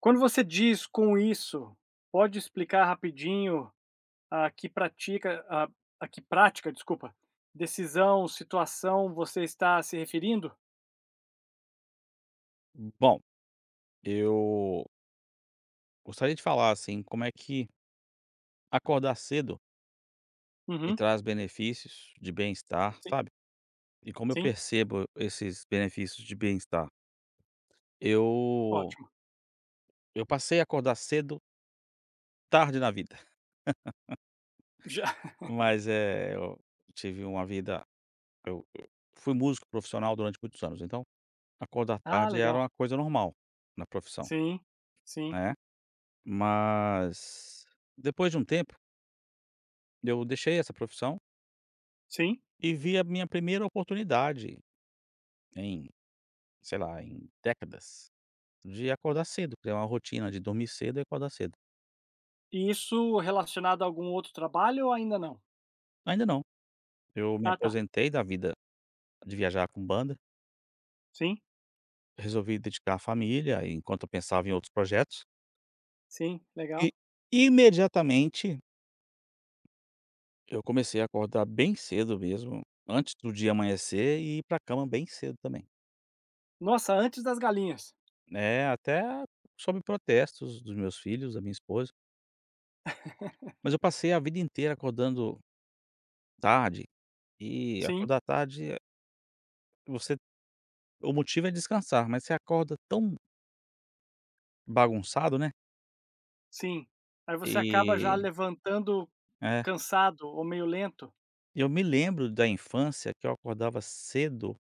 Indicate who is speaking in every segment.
Speaker 1: Quando você diz com isso, pode explicar rapidinho a que pratica a que prática, desculpa, decisão, situação você está se referindo?
Speaker 2: Bom, eu gostaria de falar, assim, como é que acordar cedo me
Speaker 1: Uhum.
Speaker 2: traz benefícios de bem-estar,
Speaker 1: Sim,
Speaker 2: sabe? E como eu
Speaker 1: sim,
Speaker 2: percebo esses benefícios de bem-estar? Eu
Speaker 1: ótimo.
Speaker 2: eu passei a acordar cedo tarde na vida,
Speaker 1: Já
Speaker 2: mas, é, eu tive uma vida eu fui músico profissional durante muitos anos, então acordar
Speaker 1: ah,
Speaker 2: tarde era
Speaker 1: legal.
Speaker 2: uma coisa normal na profissão,
Speaker 1: Sim, sim,
Speaker 2: né. Mas depois de um tempo, eu deixei essa profissão
Speaker 1: sim.
Speaker 2: e vi a minha primeira oportunidade em, sei lá, em décadas, de acordar cedo, criar uma rotina de dormir cedo e acordar cedo.
Speaker 1: E isso relacionado a algum outro trabalho ou ainda não?
Speaker 2: Ainda não, eu me
Speaker 1: Ah, tá.
Speaker 2: aposentei da vida de viajar com banda,
Speaker 1: Sim,
Speaker 2: resolvi dedicar à família enquanto eu pensava em outros projetos,
Speaker 1: sim,
Speaker 2: e
Speaker 1: legal.
Speaker 2: imediatamente eu comecei a acordar bem cedo mesmo, antes do dia amanhecer e ir pra cama bem cedo também,
Speaker 1: Nossa, antes das galinhas.
Speaker 2: né, até sob protestos dos meus filhos, da minha esposa, mas eu passei a vida inteira acordando tarde, e
Speaker 1: Sim,
Speaker 2: acordar tarde, você. O motivo é descansar, mas você acorda tão bagunçado, né.
Speaker 1: sim. Aí você acaba já
Speaker 2: E
Speaker 1: levantando
Speaker 2: é.
Speaker 1: cansado ou meio lento.
Speaker 2: Eu me lembro da infância que eu acordava cedo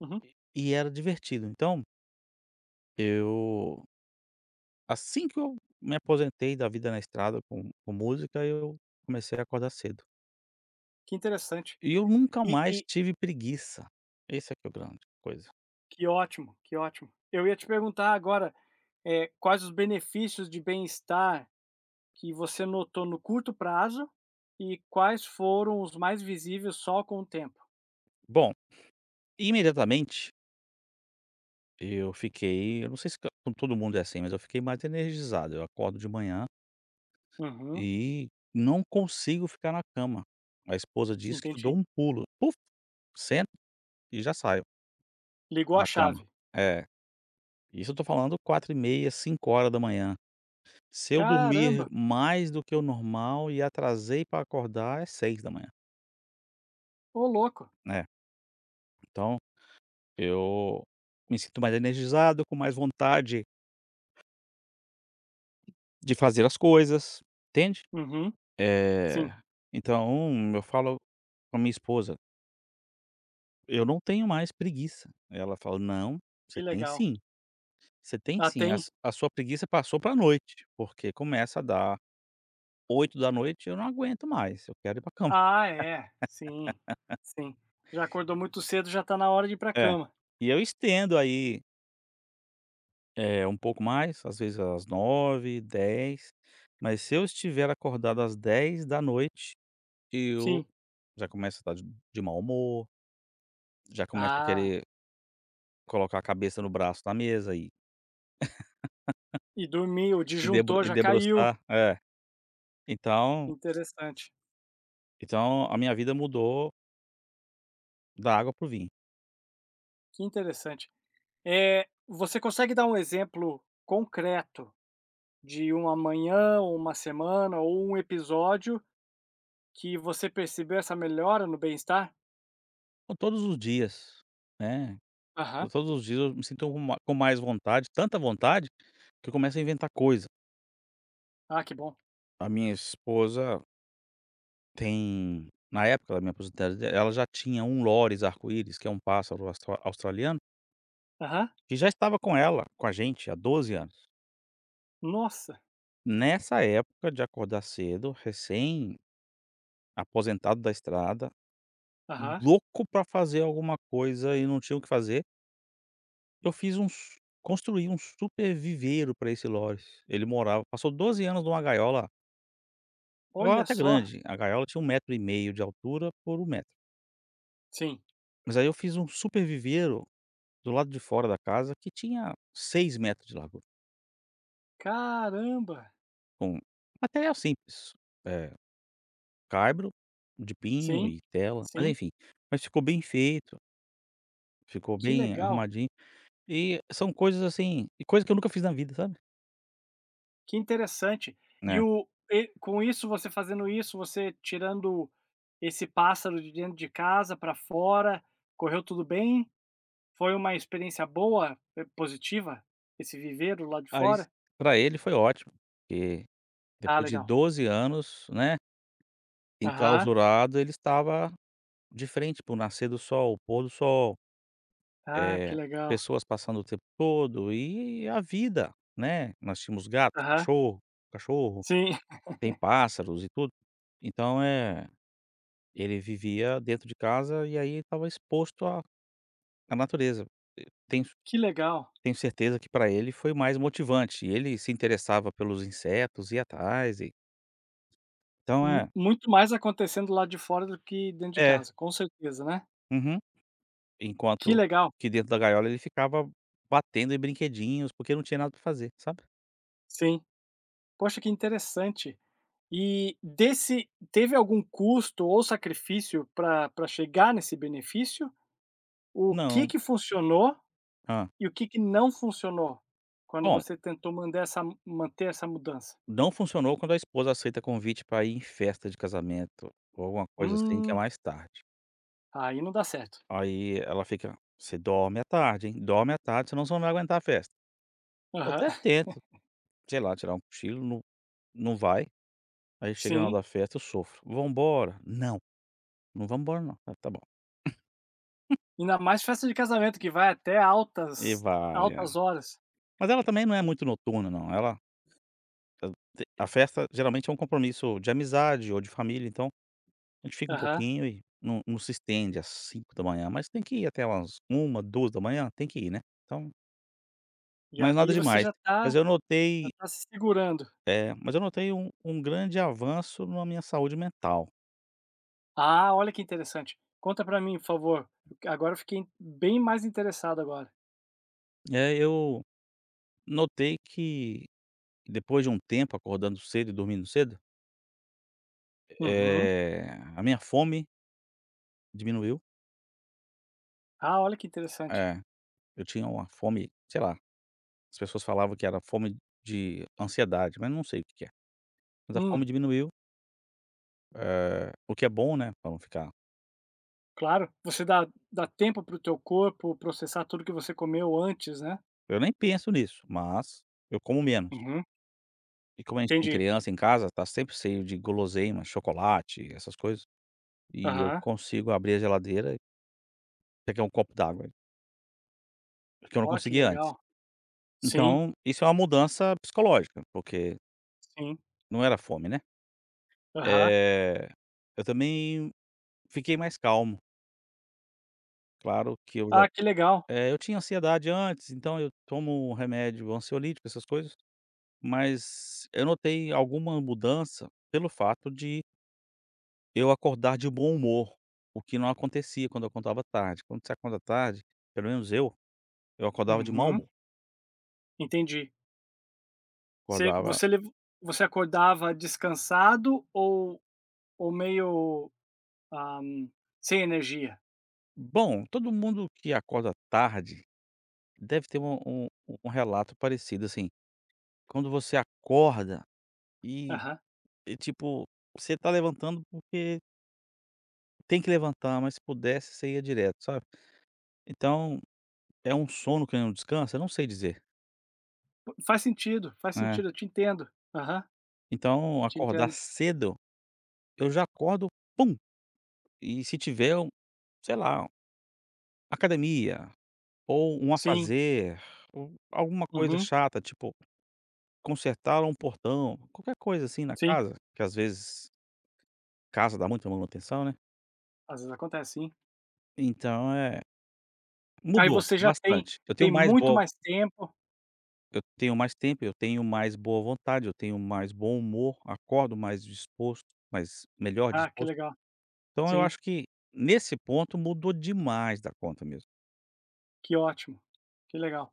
Speaker 1: Uhum,
Speaker 2: e era divertido. Então, eu assim que eu me aposentei da vida na estrada com música, eu comecei a acordar cedo.
Speaker 1: que interessante.
Speaker 2: E eu nunca
Speaker 1: E
Speaker 2: mais
Speaker 1: e
Speaker 2: tive preguiça. Esse é que é o grande coisa.
Speaker 1: que ótimo, que ótimo. Eu ia te perguntar agora, quais os benefícios de bem-estar que você notou no curto prazo e quais foram os mais visíveis só com o tempo?
Speaker 2: Bom, imediatamente eu fiquei, eu não sei se com todo mundo é assim, mas eu fiquei mais energizado. Eu acordo de manhã
Speaker 1: Uhum,
Speaker 2: e não consigo ficar na cama. A esposa diz que eu
Speaker 1: entendi.
Speaker 2: dou um pulo, puf, sento e já saio
Speaker 1: Ligou a
Speaker 2: da cama.
Speaker 1: chave.
Speaker 2: É, isso eu tô falando 4 e meia, 5 horas da manhã. Se eu dormir
Speaker 1: Caramba,
Speaker 2: mais do que o normal e atrasei pra acordar, é 6 da manhã,
Speaker 1: ô louco.
Speaker 2: né. Então, eu me sinto mais energizado, com mais vontade de fazer as coisas, entende?
Speaker 1: Uhum,
Speaker 2: Eh,
Speaker 1: sim,
Speaker 2: então eu falo com a minha esposa: "Eu não tenho mais preguiça". Ela fala: "Não, você
Speaker 1: que
Speaker 2: tem
Speaker 1: legal.
Speaker 2: sim". Você tem
Speaker 1: Ah,
Speaker 2: sim,
Speaker 1: tem?
Speaker 2: as a sua preguiça passou pra noite, porque começa a dar 8 da noite, eu não aguento mais, eu quero ir pra cama.
Speaker 1: Ah, é, sim, sim. Já acordou muito cedo, já tá na hora de ir pra
Speaker 2: É.
Speaker 1: cama.
Speaker 2: E eu estendo aí, um pouco mais, às vezes às nove, dez, mas se eu estiver acordado às 10 da noite, eu
Speaker 1: Sim.
Speaker 2: já começo a estar de mau humor, já começo a
Speaker 1: Ah,
Speaker 2: querer colocar a cabeça no braço da mesa
Speaker 1: e dormiu, o
Speaker 2: e debru
Speaker 1: disjuntor
Speaker 2: e
Speaker 1: já caiu.
Speaker 2: debruçar é. Então
Speaker 1: Interessante,
Speaker 2: então a minha vida mudou da água para o vinho.
Speaker 1: que interessante. Você consegue dar um exemplo concreto de uma manhã, ou uma semana, ou um episódio que você percebeu essa melhora no bem-estar?
Speaker 2: Então, todos os dias, né.
Speaker 1: Aham.
Speaker 2: Eu, todos os dias eu me sinto com ma com mais vontade, tanta vontade, que eu começo a inventar coisa.
Speaker 1: Ah, que bom.
Speaker 2: A minha esposa tem na época da minha aposentadoria, ela já tinha um lores arco-íris, que é um pássaro australiano,
Speaker 1: Aham.
Speaker 2: que já estava com ela, com a gente, há 12 anos.
Speaker 1: Nossa.
Speaker 2: Nessa época de acordar cedo, recém-aposentado da estrada,
Speaker 1: Aham.
Speaker 2: louco para fazer alguma coisa e não tinha o que fazer, eu fiz um s construí um super viveiro para esse lores. Ele morava Passou 12 anos numa gaiola. Gaiola
Speaker 1: Olha
Speaker 2: até
Speaker 1: só.
Speaker 2: grande, a gaiola tinha um metro e meio de altura por um metro.
Speaker 1: Sim.
Speaker 2: Mas aí eu fiz um super viveiro do lado de fora da casa que tinha 6 metros de largura,
Speaker 1: Caramba.
Speaker 2: com material simples, eh, caibro de pinho
Speaker 1: Sim,
Speaker 2: e tela, mas
Speaker 1: sim.
Speaker 2: enfim. Mas ficou bem feito, ficou
Speaker 1: Que
Speaker 2: bem
Speaker 1: legal,
Speaker 2: arrumadinho, e são coisas assim e coisa que eu nunca fiz na vida, sabe,
Speaker 1: que interessante. E
Speaker 2: né.
Speaker 1: o e com isso, você fazendo isso, você tirando esse pássaro de dentro de casa para fora, correu tudo bem? Foi uma experiência boa, positiva, esse viveiro lá de
Speaker 2: Aí
Speaker 1: fora?
Speaker 2: pra ele foi ótimo, porque
Speaker 1: Ah,
Speaker 2: depois de
Speaker 1: legal.
Speaker 2: 12 anos, né,
Speaker 1: Aham.
Speaker 2: enclausurado, ele estava de frente para o nascer do sol, o pôr do sol.
Speaker 1: Ah, que
Speaker 2: Eh,
Speaker 1: legal.
Speaker 2: Pessoas passando o tempo todo e a vida, né. Nós tínhamos gatos,
Speaker 1: Aham.
Speaker 2: cachorro,
Speaker 1: Sim,
Speaker 2: tem pássaros e tudo. Então, é, ele vivia dentro de casa e aí estava exposto à à natureza. E
Speaker 1: que legal.
Speaker 2: tenho certeza que para ele foi mais motivante, e ele se interessava pelos insetos, ia atrás e então
Speaker 1: Mu
Speaker 2: é,
Speaker 1: muito mais acontecendo lá de fora do que dentro de
Speaker 2: é,
Speaker 1: casa, com certeza, né.
Speaker 2: uhum.
Speaker 1: Que
Speaker 2: Enquanto
Speaker 1: legal.
Speaker 2: que dentro da gaiola ele ficava batendo em brinquedinhos, porque não tinha nada para fazer, sabe.
Speaker 1: Sim. Poxa, que interessante. E desse teve algum custo ou sacrifício para chegar nesse benefício? O que
Speaker 2: Não.
Speaker 1: que funcionou
Speaker 2: Hã.
Speaker 1: e o que que não funcionou, quando
Speaker 2: Bom,
Speaker 1: você tentou mandar essa manter essa mudança?
Speaker 2: não funcionou quando a esposa aceita convite pra ir em festa de casamento ou alguma coisa assim que é
Speaker 1: Hum.
Speaker 2: mais tarde.
Speaker 1: Aí não dá certo.
Speaker 2: Aí ela fica: "Você dorme à tarde, hein, dorme à tarde, senão você não vai aguentar a festa". Eu
Speaker 1: Aham.
Speaker 2: até tento, sei lá, tirar um cochilo, não vai, aí chega na hora
Speaker 1: Sim.
Speaker 2: da festa eu sofro: "Vamos embora". "Não, não vamos embora não". "Ah, tá bom".
Speaker 1: Ainda mais festa de casamento que vai até
Speaker 2: E
Speaker 1: altas
Speaker 2: vai, é.
Speaker 1: altas horas.
Speaker 2: Mas ela também não é muito noturna não, ela a a festa geralmente é um compromisso de amizade ou de família, então a gente fica um
Speaker 1: Aham.
Speaker 2: pouquinho e não se estende às 5 da manhã mas tem que ir até umas uma duas da manhã tem que ir, né. Então,
Speaker 1: E
Speaker 2: mas nada
Speaker 1: ali você
Speaker 2: demais.
Speaker 1: já tá
Speaker 2: Mas eu
Speaker 1: já
Speaker 2: notei,
Speaker 1: tá se segurando.
Speaker 2: um grande avanço na minha saúde mental.
Speaker 1: Ah, olha que interessante. Conta pra mim, por favor. Agora eu fiquei bem mais interessado agora.
Speaker 2: Eu notei que depois de um tempo acordando cedo e dormindo cedo,
Speaker 1: Uhum.
Speaker 2: eh, a minha fome diminuiu.
Speaker 1: Ah, olha que interessante.
Speaker 2: É, eu tinha uma fome, sei lá, as pessoas falavam que era fome de ansiedade, mas não sei o que que é. Mas a fome
Speaker 1: Hum,
Speaker 2: diminuiu, o que é bom, né, para não ficar.
Speaker 1: claro. Você dá tempo para o teu corpo processar tudo que você comeu antes, né.
Speaker 2: Eu nem penso nisso, mas eu como menos.
Speaker 1: Uhum.
Speaker 2: E como a gente tem
Speaker 1: Entendi.
Speaker 2: criança em casa, tá sempre cheio de guloseima, chocolate, essas coisas, e eu
Speaker 1: Aham.
Speaker 2: consigo abrir a geladeira e pegar um copo d'água, que eu não
Speaker 1: Ó, que
Speaker 2: conseguia antes.
Speaker 1: legal. Sim,
Speaker 2: Então, isso é uma mudança psicológica, porque
Speaker 1: sim.
Speaker 2: não era fome, né.
Speaker 1: Aham.
Speaker 2: Eh, eu também fiquei mais calmo, claro que eu já
Speaker 1: Ah, que legal.
Speaker 2: eu tinha ansiedade antes, então eu tomo um remédio ansiolítico, essas coisas, mas eu notei alguma mudança pelo fato de eu acordar de bom humor, o que não acontecia quando eu acordava tarde. Quando você acorda tarde, pelo menos eu acordava de mau
Speaker 1: Uhum.
Speaker 2: humor,
Speaker 1: Entendi. Você
Speaker 2: acordava.
Speaker 1: você lev você acordava descansado ou meio, ah, sem energia?
Speaker 2: Bom, todo mundo que acorda tarde deve ter um um um relato parecido, assim, quando você acorda e
Speaker 1: Aham.
Speaker 2: tipo, você tá levantando porque tem que levantar, mas se pudesse você ia direto, sabe. Então, é um sono que não descansa? Eu não sei dizer,
Speaker 1: Faz
Speaker 2: né.
Speaker 1: sentido, eu te entendo. Aham,
Speaker 2: Então
Speaker 1: te
Speaker 2: acordar
Speaker 1: entendo.
Speaker 2: cedo, eu já acordo, pum, e se tiver um, sei lá, academia, ou um
Speaker 1: Sim,
Speaker 2: afazer, ou alguma coisa
Speaker 1: uhum,
Speaker 2: chata, tipo, consertar um portão, qualquer coisa assim na
Speaker 1: sim,
Speaker 2: casa, que às vezes casa dá muita manutenção, né.
Speaker 1: às vezes acontece sim.
Speaker 2: Então, é,
Speaker 1: Aí
Speaker 2: mudou
Speaker 1: você já tem
Speaker 2: bastante. Eu
Speaker 1: tem
Speaker 2: tenho mais
Speaker 1: muito
Speaker 2: boa,
Speaker 1: mais tempo.
Speaker 2: eu tenho mais tempo, eu tenho mais boa vontade, eu tenho mais bom humor, acordo mais disposto, mais melhor
Speaker 1: Ah, que
Speaker 2: disposto.
Speaker 1: legal.
Speaker 2: Então eu
Speaker 1: Sim,
Speaker 2: acho que nesse ponto mudou demais da conta mesmo.
Speaker 1: que ótimo, que legal.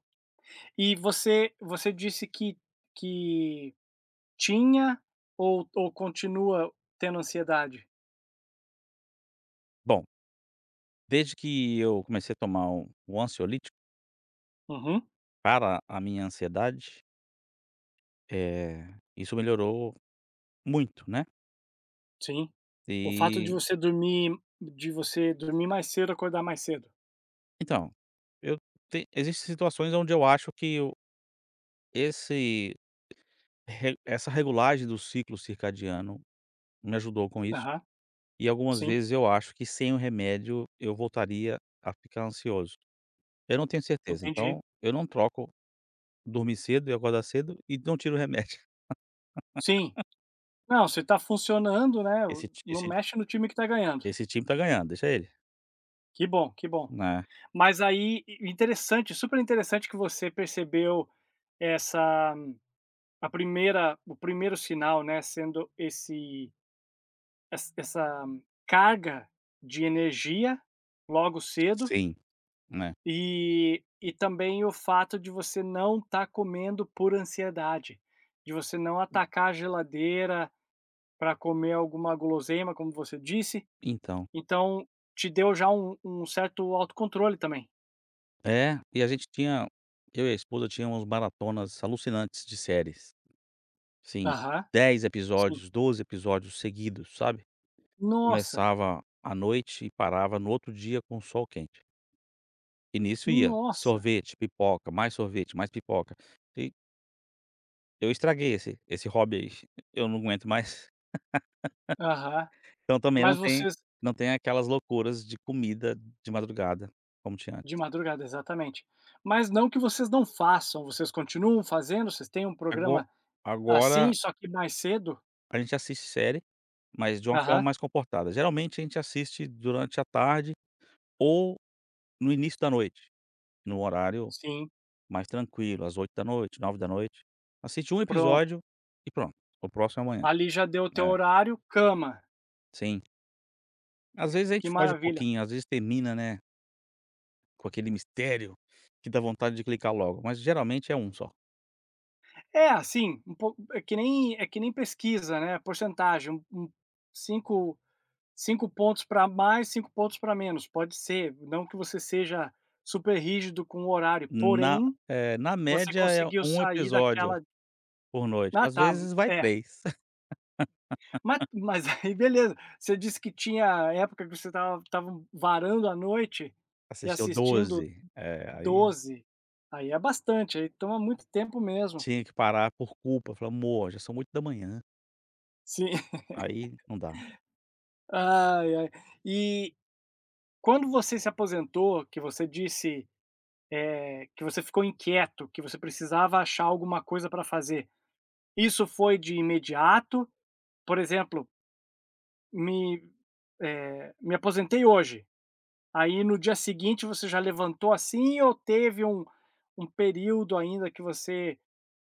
Speaker 1: E você disse que tinha ou continua tendo ansiedade?
Speaker 2: Bom, desde que eu comecei a tomar um ansiolítico
Speaker 1: Uhum.
Speaker 2: para a minha ansiedade, é, isso melhorou muito, né.
Speaker 1: Sim. O fato
Speaker 2: E
Speaker 1: de você dormir mais cedo, acordar mais cedo.
Speaker 2: então, eu te existem situações onde eu acho que o esse re essa regulagem do ciclo circadiano me ajudou com isso,
Speaker 1: Aham,
Speaker 2: e algumas
Speaker 1: sim,
Speaker 2: vezes eu acho que sem o remédio eu voltaria a ficar ansioso. Eu não tenho certeza,
Speaker 1: entendi.
Speaker 2: então eu não troco dormir cedo e acordar cedo e não tiro o remédio.
Speaker 1: Sim. Não, você tá funcionando, né,
Speaker 2: Esse ti
Speaker 1: não
Speaker 2: esse
Speaker 1: mexe no time que tá ganhando.
Speaker 2: Esse time tá ganhando, deixa ele.
Speaker 1: Que bom, que bom.
Speaker 2: Né.
Speaker 1: Mas aí i interessante, super interessante que você percebeu essa a primeira o primeiro sinal, né, sendo esse ess essa carga de energia logo cedo.
Speaker 2: Sim, né.
Speaker 1: E também o fato de você não estar comendo por ansiedade, de você não atacar a geladeira para comer alguma guloseima, como você disse,
Speaker 2: Então
Speaker 1: então te deu já um certo autocontrole também.
Speaker 2: é, e a gente tinha, eu e a esposa tínhamos maratonas alucinantes de séries, sim,
Speaker 1: Aham,
Speaker 2: dez
Speaker 1: sim.
Speaker 2: episódios, 12 episódios seguidos, sabe.
Speaker 1: Nossa,
Speaker 2: Começava à noite e parava no outro dia com o sol quente. E nisso ia
Speaker 1: nossa.
Speaker 2: sorvete, pipoca, mais sorvete, mais pipoca. E eu estraguei esse hobby aí, eu não aguento mais.
Speaker 1: Aham.
Speaker 2: Então também não
Speaker 1: Mas
Speaker 2: tem,
Speaker 1: vocês
Speaker 2: não tem aquelas loucuras de comida de madrugada como tinha
Speaker 1: de
Speaker 2: antes.
Speaker 1: madrugada, exatamente. Mas não que vocês não façam, vocês continuam fazendo, vocês têm um
Speaker 2: Ago
Speaker 1: programa assim,
Speaker 2: Agora
Speaker 1: só que mais cedo?
Speaker 2: a gente assiste série, mas de uma forma
Speaker 1: Aham,
Speaker 2: mais comportada. Geralmente a gente assiste durante a tarde ou no início da noite, num horário
Speaker 1: sim,
Speaker 2: mais tranquilo, às 8 da noite, 9 da noite. Assiste um
Speaker 1: pronto.
Speaker 2: episódio e pronto, o próximo é amanhã.
Speaker 1: Ali já deu o teu
Speaker 2: É,
Speaker 1: horário, cama,
Speaker 2: sim. Às vezes a
Speaker 1: que
Speaker 2: gente foge um
Speaker 1: maravilha.
Speaker 2: pouquinho, às vezes termina, né, com aquele mistério que dá vontade de clicar logo, mas geralmente é um só.
Speaker 1: É, assim, um pouco é que nem pesquisa, né, porcentagem, 5- 5 pontos para mais, 5 pontos para menos, pode ser, não que você seja super rígido com o horário,
Speaker 2: Na
Speaker 1: porém,
Speaker 2: Na
Speaker 1: você
Speaker 2: média é
Speaker 1: conseguiu
Speaker 2: um
Speaker 1: sair
Speaker 2: episódio
Speaker 1: daquela,
Speaker 2: por noite,
Speaker 1: ah,
Speaker 2: às
Speaker 1: tá,
Speaker 2: vezes vai
Speaker 1: é.
Speaker 2: três.
Speaker 1: Ma mas aí beleza, você disse que tinha época que você tava varando a noite e
Speaker 2: Assistiu
Speaker 1: assistindo
Speaker 2: 12. Eh, aí
Speaker 1: 12. Aí é bastante, aí toma muito tempo mesmo.
Speaker 2: Tinha que parar por culpa, falar: "Amor, já são 8 da manhã,
Speaker 1: Sim.
Speaker 2: aí não dá".
Speaker 1: Ai, ai. E quando você se aposentou, que você disse, que você ficou inquieto, que você precisava achar alguma coisa para fazer, isso foi de imediato? Por exemplo, me, me aposentei hoje. Aí no dia seguinte você já levantou assim ou teve um período ainda que você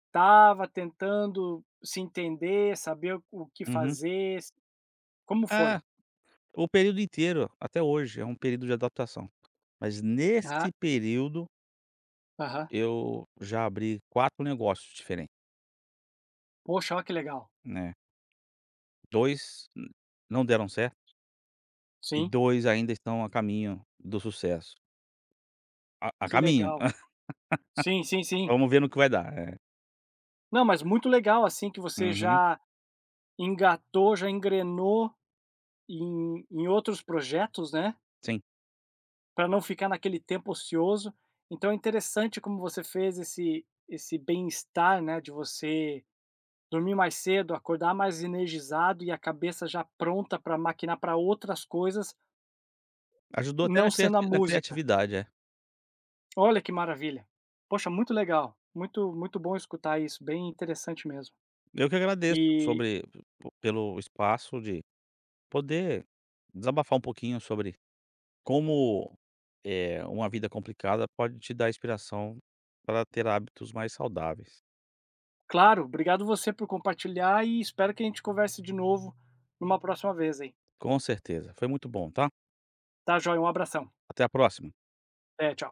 Speaker 1: estava tentando se entender, saber o que
Speaker 2: Uhum.
Speaker 1: fazer? Como foi?
Speaker 2: Ah, o período inteiro, até hoje, é um período de adaptação. Mas
Speaker 1: Ah,
Speaker 2: nesse período,
Speaker 1: aham.
Speaker 2: eu já abri 4 negócios diferentes,
Speaker 1: Poxa, olha que legal.
Speaker 2: né. 2 n Não deram certo e
Speaker 1: Sim,
Speaker 2: dois ainda estão a caminho do sucesso. A
Speaker 1: que
Speaker 2: caminho.
Speaker 1: legal. Sim, sim, sim.
Speaker 2: Vamos ver no que vai dar. É.
Speaker 1: Não, mas muito legal, assim, que você
Speaker 2: Uhum.
Speaker 1: já engatou, já engrenou em outros projetos, né,
Speaker 2: Sim.
Speaker 1: para não ficar naquele tempo ocioso. Então é interessante como você fez esse bem-estar, né, de você dormir mais cedo, acordar mais energizado e a cabeça já pronta para maquinar para outras coisas,
Speaker 2: Ajudou até
Speaker 1: não
Speaker 2: na
Speaker 1: sendo a
Speaker 2: criati na
Speaker 1: música.
Speaker 2: criatividade, é.
Speaker 1: Olha que maravilha. Poxa, muito legal, muito muito bom escutar isso, bem interessante mesmo.
Speaker 2: Eu que agradeço
Speaker 1: E,
Speaker 2: sobre p pelo espaço de poder desabafar um pouquinho sobre como, uma vida complicada pode te dar inspiração para ter hábitos mais saudáveis.
Speaker 1: claro, obrigado você por compartilhar e espero que a gente converse de novo numa próxima vez aí.
Speaker 2: Com certeza, foi muito bom, tá?
Speaker 1: Tá joia, um abração.
Speaker 2: Até a próxima.
Speaker 1: Até, tchau.